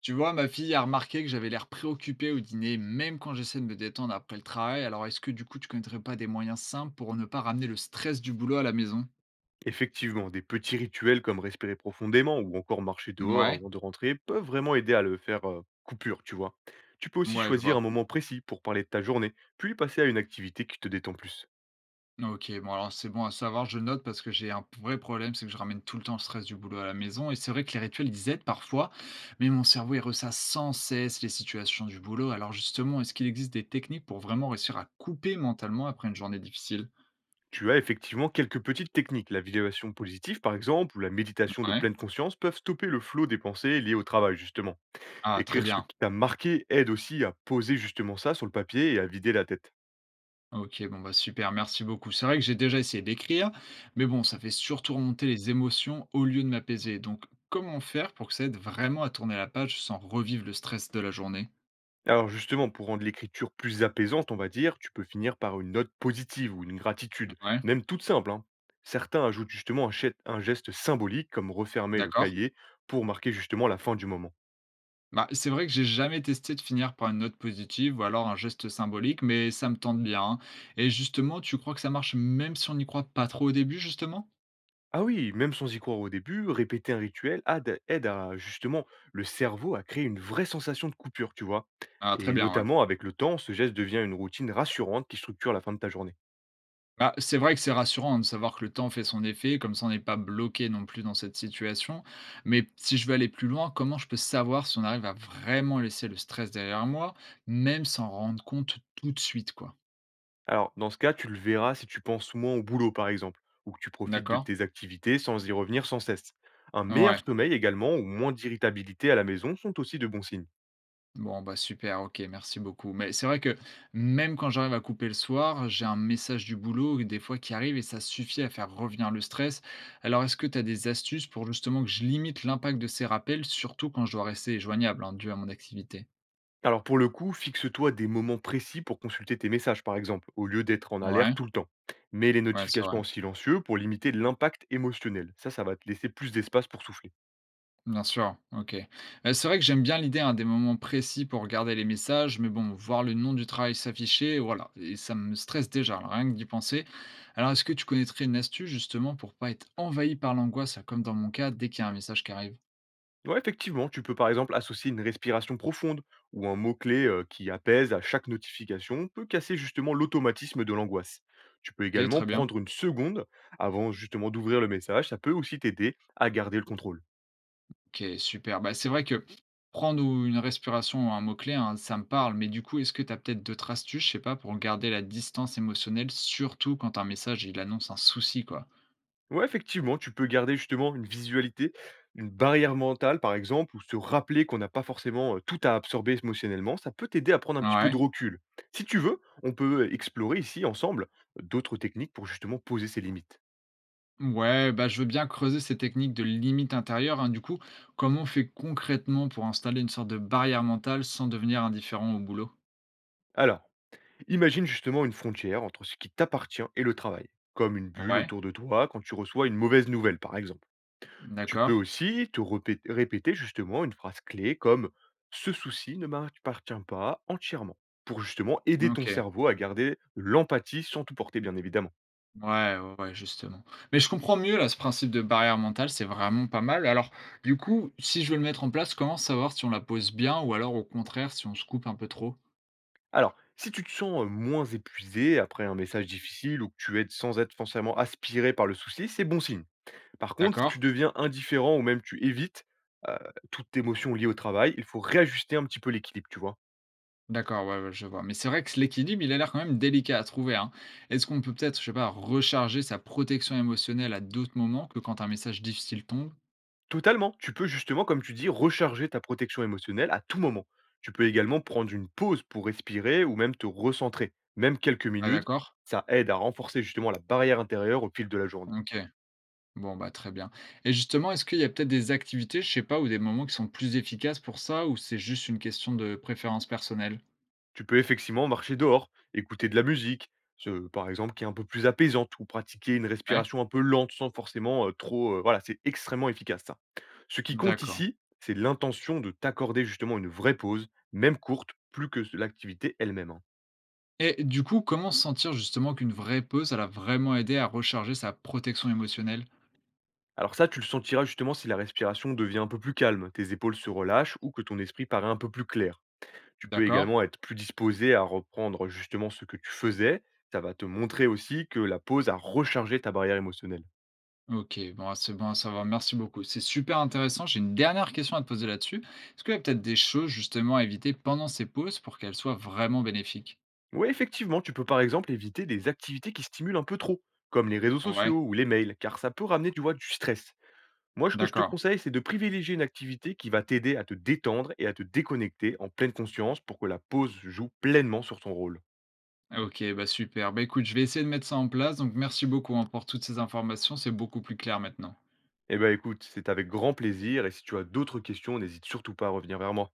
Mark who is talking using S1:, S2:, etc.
S1: Tu vois, ma fille a remarqué que j'avais l'air préoccupé au dîner, même quand j'essaie de me détendre après le travail. Alors, est-ce que du coup, tu connaîtrais pas des moyens simples pour ne pas ramener le stress du boulot à la maison?
S2: Effectivement, des petits rituels comme respirer profondément ou encore marcher dehors
S1: Ouais,
S2: avant de rentrer peuvent vraiment aider à le faire coupure, tu vois. Tu peux aussi
S1: ouais, je
S2: choisir un
S1: vois.
S2: moment précis pour parler de ta journée, puis passer à une activité qui te détend plus.
S1: Ok, bon, alors c'est bon à savoir, je note parce que j'ai un vrai problème, c'est que je ramène tout le temps le stress du boulot à la maison. Et c'est vrai que les rituels, ils aident parfois, mais mon cerveau, il ressasse sans cesse les situations du boulot. Alors, justement, est-ce qu'il existe des techniques pour vraiment réussir à couper mentalement après une journée difficile?
S2: Tu as effectivement quelques petites techniques, la visualisation positive par exemple, ou la méditation de
S1: Ouais.
S2: pleine conscience peuvent stopper le flot des pensées liées au travail justement.
S1: Ah, très
S2: Écrire ce
S1: bien.
S2: qui t'a marqué aide aussi à poser justement ça sur le papier et à vider la tête.
S1: OK, bon, bah, super, merci beaucoup. C'est vrai que j'ai déjà essayé d'écrire, mais bon, ça fait surtout remonter les émotions au lieu de m'apaiser. Donc, comment faire pour que ça aide vraiment à tourner la page sans revivre le stress de la journée?
S2: Alors justement, pour rendre l'écriture plus apaisante, on va dire, tu peux finir par une note positive ou une gratitude,
S1: Ouais,
S2: même toute simple, hein. Certains ajoutent justement un, un geste symbolique, comme refermer le
S1: d'accord.
S2: cahier, pour marquer justement la fin du moment.
S1: Bah, c'est vrai que j'ai jamais testé de finir par une note positive ou alors un geste symbolique, mais ça me tente bien. Hein. Et justement, tu crois que ça marche même si on n'y croit pas trop au début, justement?
S2: Ah oui, même sans y croire au début, répéter un rituel aide à justement le cerveau à créer une vraie sensation de coupure, tu vois.
S1: Ah, très
S2: Et
S1: bien, ouais.
S2: notamment avec le temps, ce geste devient une routine rassurante qui structure la fin de ta journée.
S1: Bah, c'est vrai que c'est rassurant de savoir que le temps fait son effet, comme ça on n'est pas bloqué non plus dans cette situation. Mais si je veux aller plus loin, comment je peux savoir si on arrive à vraiment laisser le stress derrière moi, même sans rendre compte tout de suite, quoi.
S2: Alors, dans ce cas, tu le verras si tu penses moins au boulot, par exemple, ou que tu profites de
S1: D'accord?
S2: tes activités sans y revenir sans cesse. Un meilleur
S1: Ouais.
S2: sommeil également, ou moins d'irritabilité à la maison, sont aussi de bons signes.
S1: Bon, bah super, ok, merci beaucoup. Mais c'est vrai que même quand j'arrive à couper le soir, j'ai un message du boulot des fois qui arrive et ça suffit à faire revenir le stress. Alors est-ce que tu as des astuces pour justement que je limite l'impact de ces rappels, surtout quand je dois rester joignable, hein, dû à mon activité?
S2: Alors pour le coup, fixe-toi des moments précis pour consulter tes messages, par exemple, au lieu d'être en alerte
S1: Ouais.
S2: tout le temps. Mets les
S1: Ouais, c'est vrai.
S2: notifications en silencieux pour limiter l'impact émotionnel. Ça va te laisser plus d'espace pour souffler.
S1: Bien sûr, OK. C'est vrai que j'aime bien l'idée, hein, des moments précis pour regarder les messages, mais bon, voir le nom du travail s'afficher, voilà et ça me stresse déjà, alors rien que d'y penser. Alors est-ce que tu connaîtrais une astuce justement pour pas être envahi par l'angoisse, là, comme dans mon cas, dès qu'il y a un message qui arrive?
S2: Ouais, effectivement, tu peux par exemple associer une respiration profonde ou un mot-clé qui apaise à chaque notification, peut casser justement l'automatisme de l'angoisse. Tu peux
S1: OK,
S2: également
S1: très bien.
S2: prendre une seconde avant justement d'ouvrir le message, ça peut aussi t'aider à garder le contrôle.
S1: OK, super. Bah, c'est vrai que prendre ou une respiration ou un mot-clé, hein, ça me parle, mais du coup, est-ce que tu as peut-être d'autres astuces, je sais pas, pour garder la distance émotionnelle, surtout quand un message, il annonce un souci, quoi?
S2: Ouais, effectivement, tu peux garder justement une visualité, une barrière mentale par exemple, ou se rappeler qu'on n'a pas forcément tout à absorber émotionnellement, ça peut t'aider à prendre un petit peu de
S1: Ouais.
S2: recul. Si tu veux, on peut explorer ici ensemble d'autres techniques pour justement poser ses limites.
S1: Ouais, bah, je veux bien creuser ces techniques de limite intérieure, hein. Du coup, comment on fait concrètement pour installer une sorte de barrière mentale sans devenir indifférent au boulot?
S2: Alors, imagine justement une frontière entre ce qui t'appartient et le travail, comme une bulle
S1: Ouais,
S2: autour de toi quand tu reçois une mauvaise nouvelle, par exemple. Tu peux
S1: d'accord.
S2: aussi te répéter justement une phrase clé comme «Ce souci ne m'appartient pas entièrement», pour justement aider ton
S1: OK.
S2: cerveau à garder l'empathie sans tout porter, bien évidemment.
S1: Ouais, ouais, justement. Mais je comprends mieux là ce principe de barrière mentale, c'est vraiment pas mal. Alors, du coup, si je veux le mettre en place, comment savoir si on la pose bien ou alors au contraire si on se coupe un peu trop?
S2: Alors, si tu te sens moins épuisé après un message difficile ou que tu aides sans être forcément aspiré par le souci, c'est bon signe. Par contre, si
S1: D'accord?
S2: tu deviens indifférent ou même tu évites, heu, toute émotion liée au travail, il faut réajuster un petit peu l'équilibre, tu vois?
S1: D'accord, ouais, ouais, je vois. Mais c'est vrai que l'équilibre, il a l'air quand même délicat à trouver, hein. Est-ce qu'on peut peut-être, je sais pas, recharger sa protection émotionnelle à d'autres moments que quand un message difficile tombe?
S2: Totalement, tu peux justement, comme tu dis, recharger ta protection émotionnelle à tout moment. Tu peux également prendre une pause pour respirer ou même te recentrer. Même quelques
S1: Ah
S2: minutes,
S1: d'accord?
S2: ça aide à renforcer justement la barrière intérieure au fil de la journée.
S1: OK. Bon, bah, très bien. Et justement, est-ce qu'il y a peut-être des activités, je sais pas, ou des moments qui sont plus efficaces pour ça, ou c'est juste une question de préférence personnelle?
S2: Tu peux effectivement marcher dehors, écouter de la musique, ce par exemple, qui est un peu plus apaisante ou pratiquer une
S1: Ouais?
S2: respiration un peu lente sans forcément, trop, voilà, c'est extrêmement efficace ça. Ce qui compte
S1: D'accord.
S2: ici, c'est l'intention de t'accorder justement une vraie pause, même courte, plus que s l'activité elle-même, hein.
S1: Et du coup, comment sentir justement qu'une vraie pause, elle a vraiment aidé à recharger sa protection émotionnelle?
S2: Alors ça, tu le sentiras justement si la respiration devient un peu plus calme, tes épaules se relâchent ou que ton esprit paraît un peu plus clair. Tu peux
S1: D'accord?
S2: également être plus disposé à reprendre justement ce que tu faisais. Ça va te montrer aussi que la pause a rechargé ta barrière émotionnelle.
S1: OK, bon, c'est bon à savoir. Merci beaucoup. C'est super intéressant. J'ai une dernière question à te poser là-dessus. Est-ce qu'il y a peut-être des choses justement à éviter pendant ces pauses pour qu'elles soient vraiment bénéfiques?
S2: Oui, effectivement, tu peux par exemple éviter des activités qui stimulent un peu trop, comme les réseaux
S1: Ouais,
S2: sociaux ou les mails, car ça peut ramener, tu vois, du stress. Moi, ce que je te
S1: d'accord.
S2: conseille, c'est de privilégier une activité qui va t'aider à te détendre et à te déconnecter en pleine conscience pour que la pause joue pleinement sur ton rôle.
S1: OK, bah super. Bah écoute, je vais essayer de mettre ça en place. Donc merci beaucoup hein, pour toutes ces informations. C'est beaucoup plus clair maintenant.
S2: Eh ben écoute, c'est avec grand plaisir et si tu as d'autres questions, n'hésite surtout pas à revenir vers moi.